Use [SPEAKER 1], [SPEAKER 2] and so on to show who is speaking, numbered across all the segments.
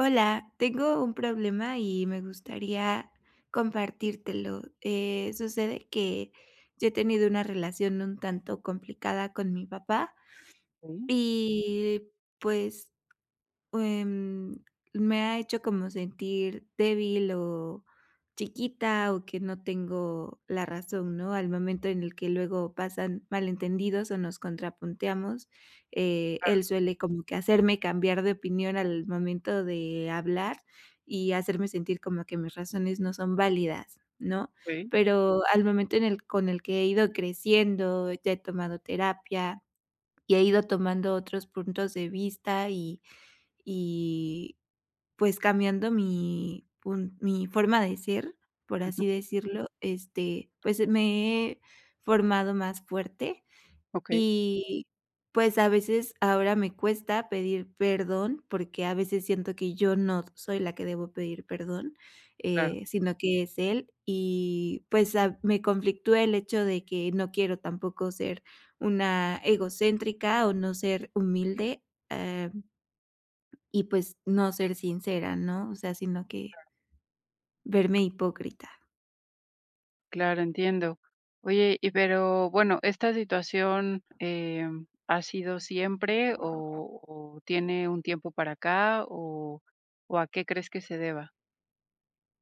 [SPEAKER 1] Hola, tengo un problema y me gustaría compartírtelo. Sucede que yo he tenido una relación un tanto complicada con mi papá
[SPEAKER 2] Okey,
[SPEAKER 1] y pues Em, me ha hecho como sentir débil o chiquita o que no tengo la razón, ¿no? Al momento en el que luego pasan malentendidos o nos contrapunteamos, él suele como que hacerme cambiar de opinión al momento de hablar y hacerme sentir como que mis razones no son válidas, ¿no?
[SPEAKER 2] okey,
[SPEAKER 1] Pero al momento en el con el que he ido creciendo, ya he tomado terapia y he ido tomando otros puntos de vista y pues, cambiando mi forma de ser, por
[SPEAKER 2] ujú,
[SPEAKER 1] así decirlo, este, pues, me he formado más fuerte
[SPEAKER 2] okey,
[SPEAKER 1] y, pues, a veces ahora me cuesta pedir perdón, porque a veces siento que yo no soy la que debo pedir perdón,
[SPEAKER 2] claro,
[SPEAKER 1] sino que es él. Y, pues, me conflictúa el hecho de que no quiero tampoco ser una egocéntrica o no ser humilde, eh y pues no ser sincera, ¿no? O sea, sino que verme hipócrita.
[SPEAKER 2] claro, entiendo. Oye, y pero bueno, ¿esta situación, ha sido siempre o tiene un tiempo para acá o a qué crees que se deba?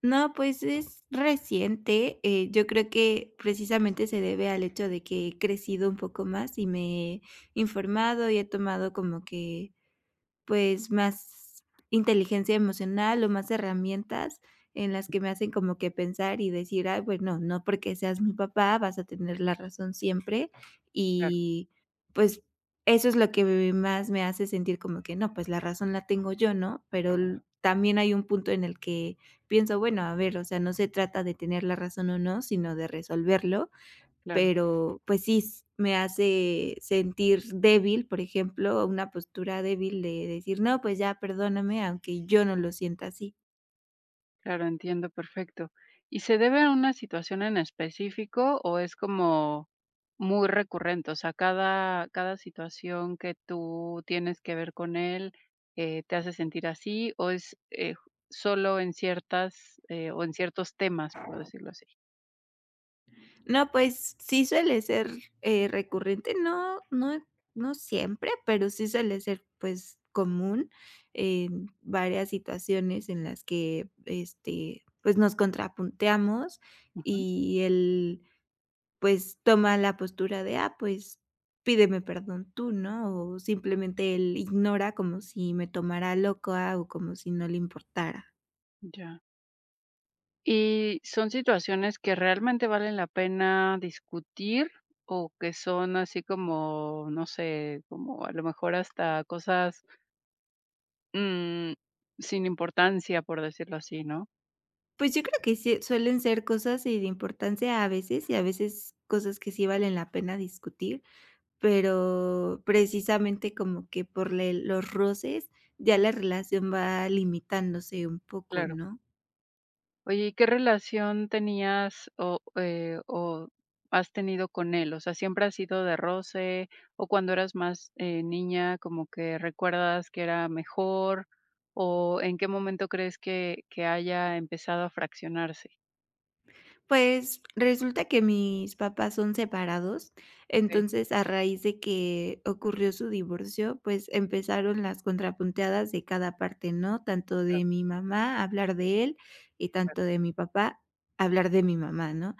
[SPEAKER 1] No, pues es reciente, yo creo que precisamente se debe al hecho de que he crecido un poco más y me he informado y he tomado como que pues, más inteligencia emocional o más herramientas en las que me hacen como que pensar y decir: "Ay, bueno, no porque seas mi papá vas a tener la razón siempre".
[SPEAKER 2] Claro,
[SPEAKER 1] Y, pues, eso es lo que más me hace sentir como que no, pues, la razón la tengo yo, ¿no? Pero l también hay un punto en el que pienso: "Bueno, a ver, o sea, no se trata de tener la razón o no, sino de resolverlo".
[SPEAKER 2] claro.
[SPEAKER 1] Pero, pues sí, s me hace sentir débil, por ejemplo, una postura débil de decir: "No, pues ya, perdóname", aunque yo no lo sienta así.
[SPEAKER 2] Claro, entiendo, perfecto. ¿Y se debe a una situación en específico o es como muy recurrente? O sea, cada situación que tú tienes que ver con él te hace sentir así o es solo en ciertas o en ciertos temas, por decirlo así.
[SPEAKER 1] No, pues sí suele ser, recurrente, no siempre, pero sí suele ser, pues, común en varias situaciones en las que, este, pues, nos contrapunteamos
[SPEAKER 2] Ujú,
[SPEAKER 1] y el pues, toma la postura de: "Ah, pues, pídeme perdón tú", ¿no? O simplemente él ignora como si me tomara loca o como si no le importara.
[SPEAKER 2] ya. ¿Y son situaciones que realmente valen la pena discutir o que son así como, no sé, como a lo mejor hasta cosas Mm, sin importancia, por decirlo así, ¿no?
[SPEAKER 1] Pues, yo creo que sí suelen ser cosas, de importancia a veces, y a veces cosas que sí valen la pena discutir, pero precisamente como que por le los roces ya la relación va limitándose un poco,
[SPEAKER 2] Claro.
[SPEAKER 1] ¿no?
[SPEAKER 2] Oye, ¿y qué relación tenías o has tenido con él? O sea, ¿siempre has sido de roce? ¿O cuando eras más niña, como que recuerdas que era mejor? ¿O en qué momento crees que haya empezado a fraccionarse?
[SPEAKER 1] Pues, resulta que mis papás son separados,
[SPEAKER 2] Ok,
[SPEAKER 1] entonces, a raíz de que ocurrió su divorcio, pues, empezaron las contrapunteadas de cada parte, ¿no? Tanto de
[SPEAKER 2] claro,
[SPEAKER 1] mi mamá, hablar de él, y tanto
[SPEAKER 2] claro,
[SPEAKER 1] de mi papá, hablar de mi mamá, ¿no?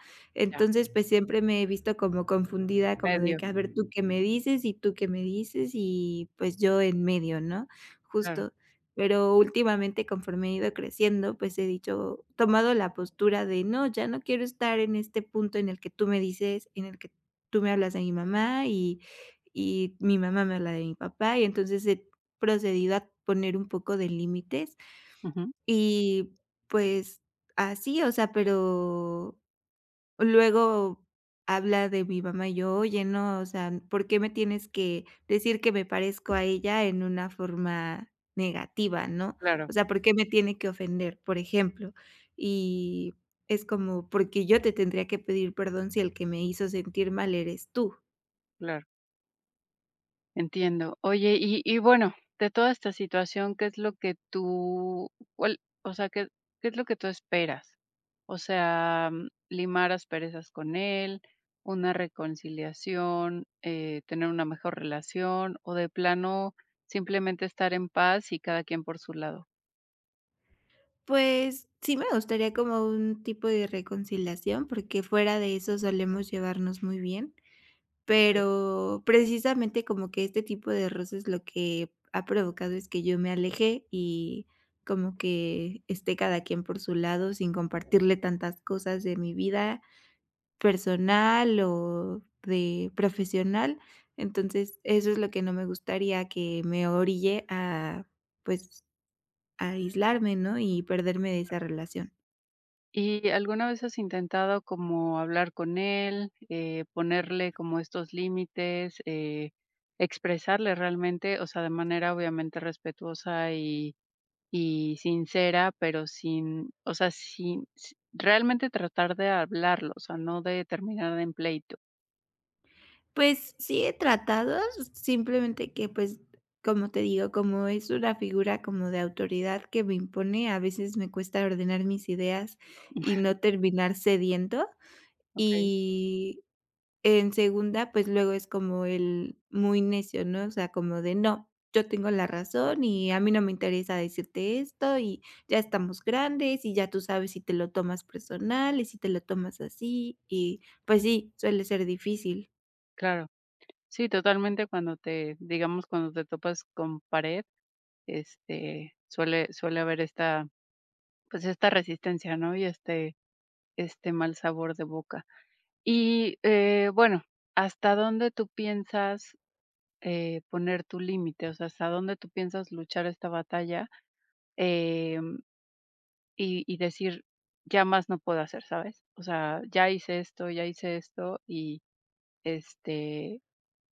[SPEAKER 2] ya,
[SPEAKER 1] Entonces, pues, siempre me he visto como confundida, como de
[SPEAKER 2] medio,
[SPEAKER 1] que: "A ver, tú qué me dices, y tú qué me dices", y, pues, yo en medio, ¿no?
[SPEAKER 2] claro,
[SPEAKER 1] Justo. Pero últimamente, conforme he ido creciendo, pues he dicho tomado la postura de no, ya no quiero estar en este punto en el que tú me dices, en el que tú me hablas de mi mamá y mi mamá me habla de mi papá, y entonces he procedido a poner un poco de límites
[SPEAKER 2] ujú,
[SPEAKER 1] y, pues, así, o sea, pero luego habla de mi mamá y yo, oye, no, o sea, ¿por qué me tienes que decir que me parezco a ella en una forma negativa, no?
[SPEAKER 2] claro,
[SPEAKER 1] O sea, ¿por qué me tiene que ofender, por ejemplo? Y es como, ¿porque yo te tendría que pedir perdón si el que me hizo sentir mal eres tú?
[SPEAKER 2] claro. Entiendo. Oye, y bueno, de toda esta situación, ¿qué es lo que tú cuál o sea, qué qué es lo que tú esperas? O sea, mm, limar asperezas con él, una reconciliación, tener una mejor relación, o de plano, simplemente estar en paz y cada quien por su lado.
[SPEAKER 1] Pues sí me gustaría como un tipo de reconciliación, porque fuera de eso solemos llevarnos muy bien. Pero precisamente como que este tipo de roces lo que ha provocado es que yo me alejé y como que esté cada quien por su lado sin compartirle tantas cosas de mi vida personal o de profesional. Entonces, eso es lo que no me gustaría que me orille a, pues, a aislarme, ¿no? Y perderme de esa relación.
[SPEAKER 2] ¿Y alguna vez has intentado como hablar con él, ponerle como estos límites, expresarle realmente, o sea, de manera obviamente respetuosa y sincera, pero sin, o sea, sin s- realmente tratar de hablarlo, o sea, no de terminar en pleito?
[SPEAKER 1] Pues sí he tratado, simplemente que, pues, como te digo, como es una figura como de autoridad que me impone, a veces me cuesta ordenar mis ideas y no terminar cediendo.
[SPEAKER 2] Okay,
[SPEAKER 1] Y en segunda, pues luego es como el muy necio, ¿no? O sea, como de: "No, yo tengo la razón y a mí no me interesa decirte esto, y ya estamos grandes, y ya tú sabes si te lo tomas personal y si te lo tomas así", y pues sí, suele ser difícil.
[SPEAKER 2] claro. Sí, totalmente cuando te, digamos, cuando te topas con pared, este, suele haber esta, pues esta resistencia, ¿no? Y este mal sabor de boca. Y, bueno, ¿hasta dónde tú piensas, poner tu límite? O sea, ¿hasta dónde tú piensas luchar esta batalla, em, y decir: "Ya más no puedo hacer", ¿sabes? O sea, ya hice esto y, este,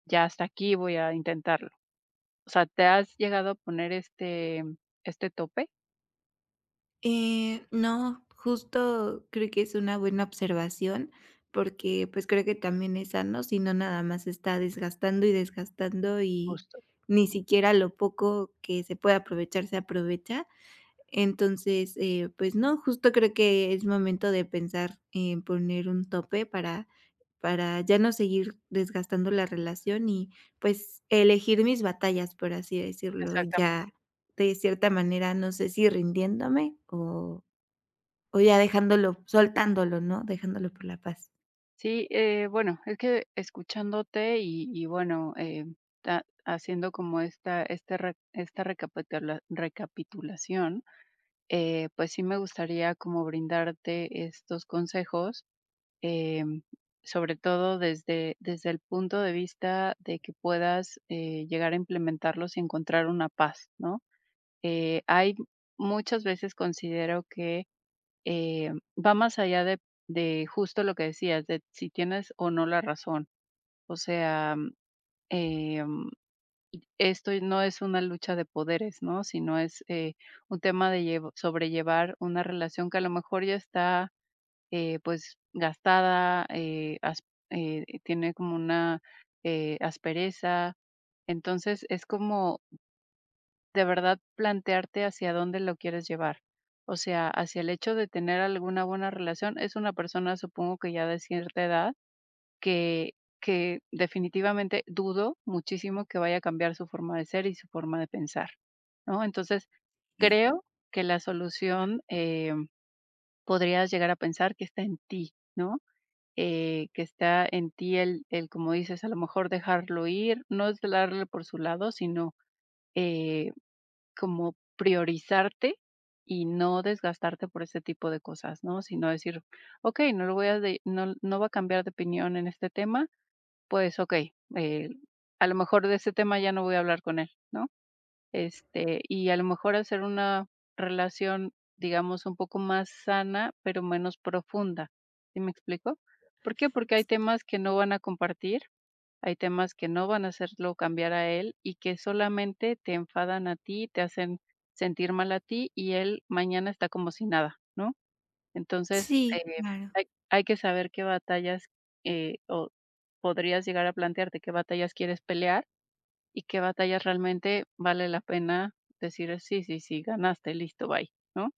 [SPEAKER 2] ya hasta aquí voy a intentarlo. O sea, ¿te has llegado a poner este este tope?
[SPEAKER 1] No, justo creo que es una buena observación, porque pues creo que también es sano, si no nada más está desgastando y desgastando y
[SPEAKER 2] Justo.
[SPEAKER 1] ni
[SPEAKER 2] Ujú.
[SPEAKER 1] siquiera lo poco que se puede aprovechar se aprovecha. Entonces, pues no, justo creo que es momento de pensar en poner un tope para ya no seguir desgastando la relación y, pues, elegir mis batallas, por así decirlo,
[SPEAKER 2] Exactamente.
[SPEAKER 1] ya de cierta manera, no sé si rindiéndome o ya dejándolo soltándolo, ¿no? Dejándolo por la paz.
[SPEAKER 2] Sí, bueno, es que escuchándote y bueno, ta haciendo como esta este re esta recapitula recapitulación, pues sí me gustaría como brindarte estos consejos em, sobre todo desde el punto de vista de que puedas llegar a implementarlos y encontrar una paz, ¿no? Hay muchas veces considero que va más allá de justo lo que decías, de si tienes o no la razón. O sea, em, esto no es una lucha de poderes, ¿no? Sino es un tema de sobrellevar una relación que a lo mejor ya está pues, gastada, as tiene como una, aspereza. Entonces, es como de verdad plantearte hacia dónde lo quieres llevar. O sea, hacia el hecho de tener alguna buena relación. Es una persona, supongo que ya de cierta edad, que que definitivamente dudo muchísimo que vaya a cambiar su forma de ser y su forma de pensar, ¿no? Entonces,
[SPEAKER 1] Sí,
[SPEAKER 2] creo que la solución, podrías llegar a pensar que está en ti, ¿no? Que está en ti el, como dices, a lo mejor dejarlo ir, no es darle por su lado, sino, eh, como priorizarte y no desgastarte por ese tipo de cosas, ¿no? Sino decir: "Okey, no lo voy a de no no va a cambiar de opinión en este tema, pues okey, a lo mejor de ese tema ya no voy a hablar con él", ¿no? Este, y a lo mejor hacer una relación, digamos, un poco más sana, pero menos profunda, ¿sí me explico? ¿Por qué? Porque hay temas que no van a compartir, hay temas que no van a hacerlo cambiar a él y que solamente te enfadan a ti, te hacen sentir mal a ti y él mañana está como si nada, ¿no? Entonces,
[SPEAKER 1] sí, claro.
[SPEAKER 2] hay hay que saber qué batallas, o podrías llegar a plantearte qué batallas quieres pelear y qué batallas realmente vale la pena decir: "Sí, sí, sí, ganaste, listo, bye", ¿no?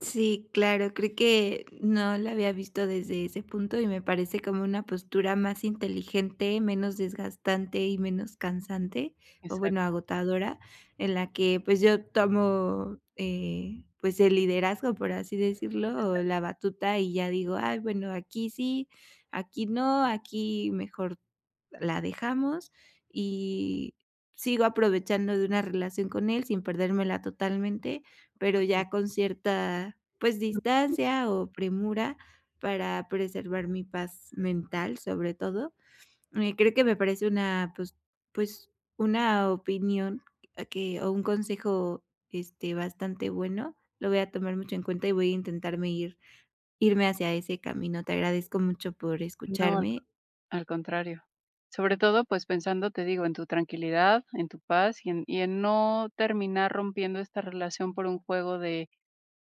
[SPEAKER 1] Sí, claro, creo que no la había visto desde ese punto y me parece como una postura más inteligente, menos desgastante y menos cansante, o bueno,
[SPEAKER 2] Exacto.
[SPEAKER 1] agotadora, en la que pues yo tomo pues el liderazgo, por así decirlo, o la batuta y ya digo, ay, bueno, aquí sí, aquí no, aquí mejor la dejamos y sigo aprovechando de una relación con él sin perdérmela totalmente pero ya con cierta, pues, distancia o premura para preservar mi paz mental, sobre todo. Creo que me parece una, pues una opinión que o un consejo, este, bastante bueno. Lo voy a tomar mucho en cuenta y voy a intentarme ir irme hacia ese camino. Te agradezco mucho por
[SPEAKER 2] No, al
[SPEAKER 1] escucharme.
[SPEAKER 2] al contrario. Sobre todo, pues, pensando, te digo, en tu tranquilidad, en tu paz y en no terminar rompiendo esta relación por un juego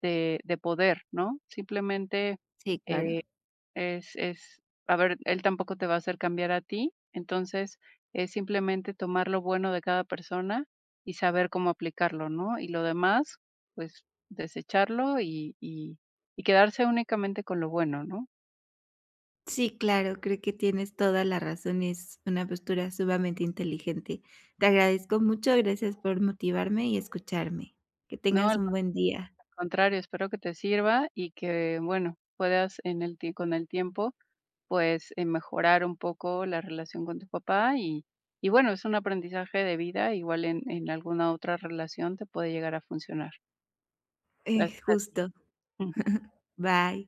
[SPEAKER 2] de poder, ¿no? Simplemente,
[SPEAKER 1] Sí,
[SPEAKER 2] eh.
[SPEAKER 1] claro.
[SPEAKER 2] Es a ver, él tampoco te va a hacer cambiar a ti, entonces, es simplemente tomar lo bueno de cada persona y saber cómo aplicarlo, ¿no? Y lo demás, pues, desecharlo y quedarse únicamente con lo bueno, ¿no?
[SPEAKER 1] Sí, claro, creo que tienes toda la razón, es una postura sumamente inteligente. Te agradezco mucho, gracias por motivarme y escucharme. Que
[SPEAKER 2] No,
[SPEAKER 1] tengas
[SPEAKER 2] al
[SPEAKER 1] un buen día.
[SPEAKER 2] contrario, espero que te sirva y que, bueno, puedas en el tie con el tiempo, pues, mejorar un poco la relación con tu papá y bueno, es un aprendizaje de vida, igual en alguna otra relación te puede llegar a funcionar. Gracias a ti.
[SPEAKER 1] Justo.
[SPEAKER 2] Ujú.
[SPEAKER 1] Bye.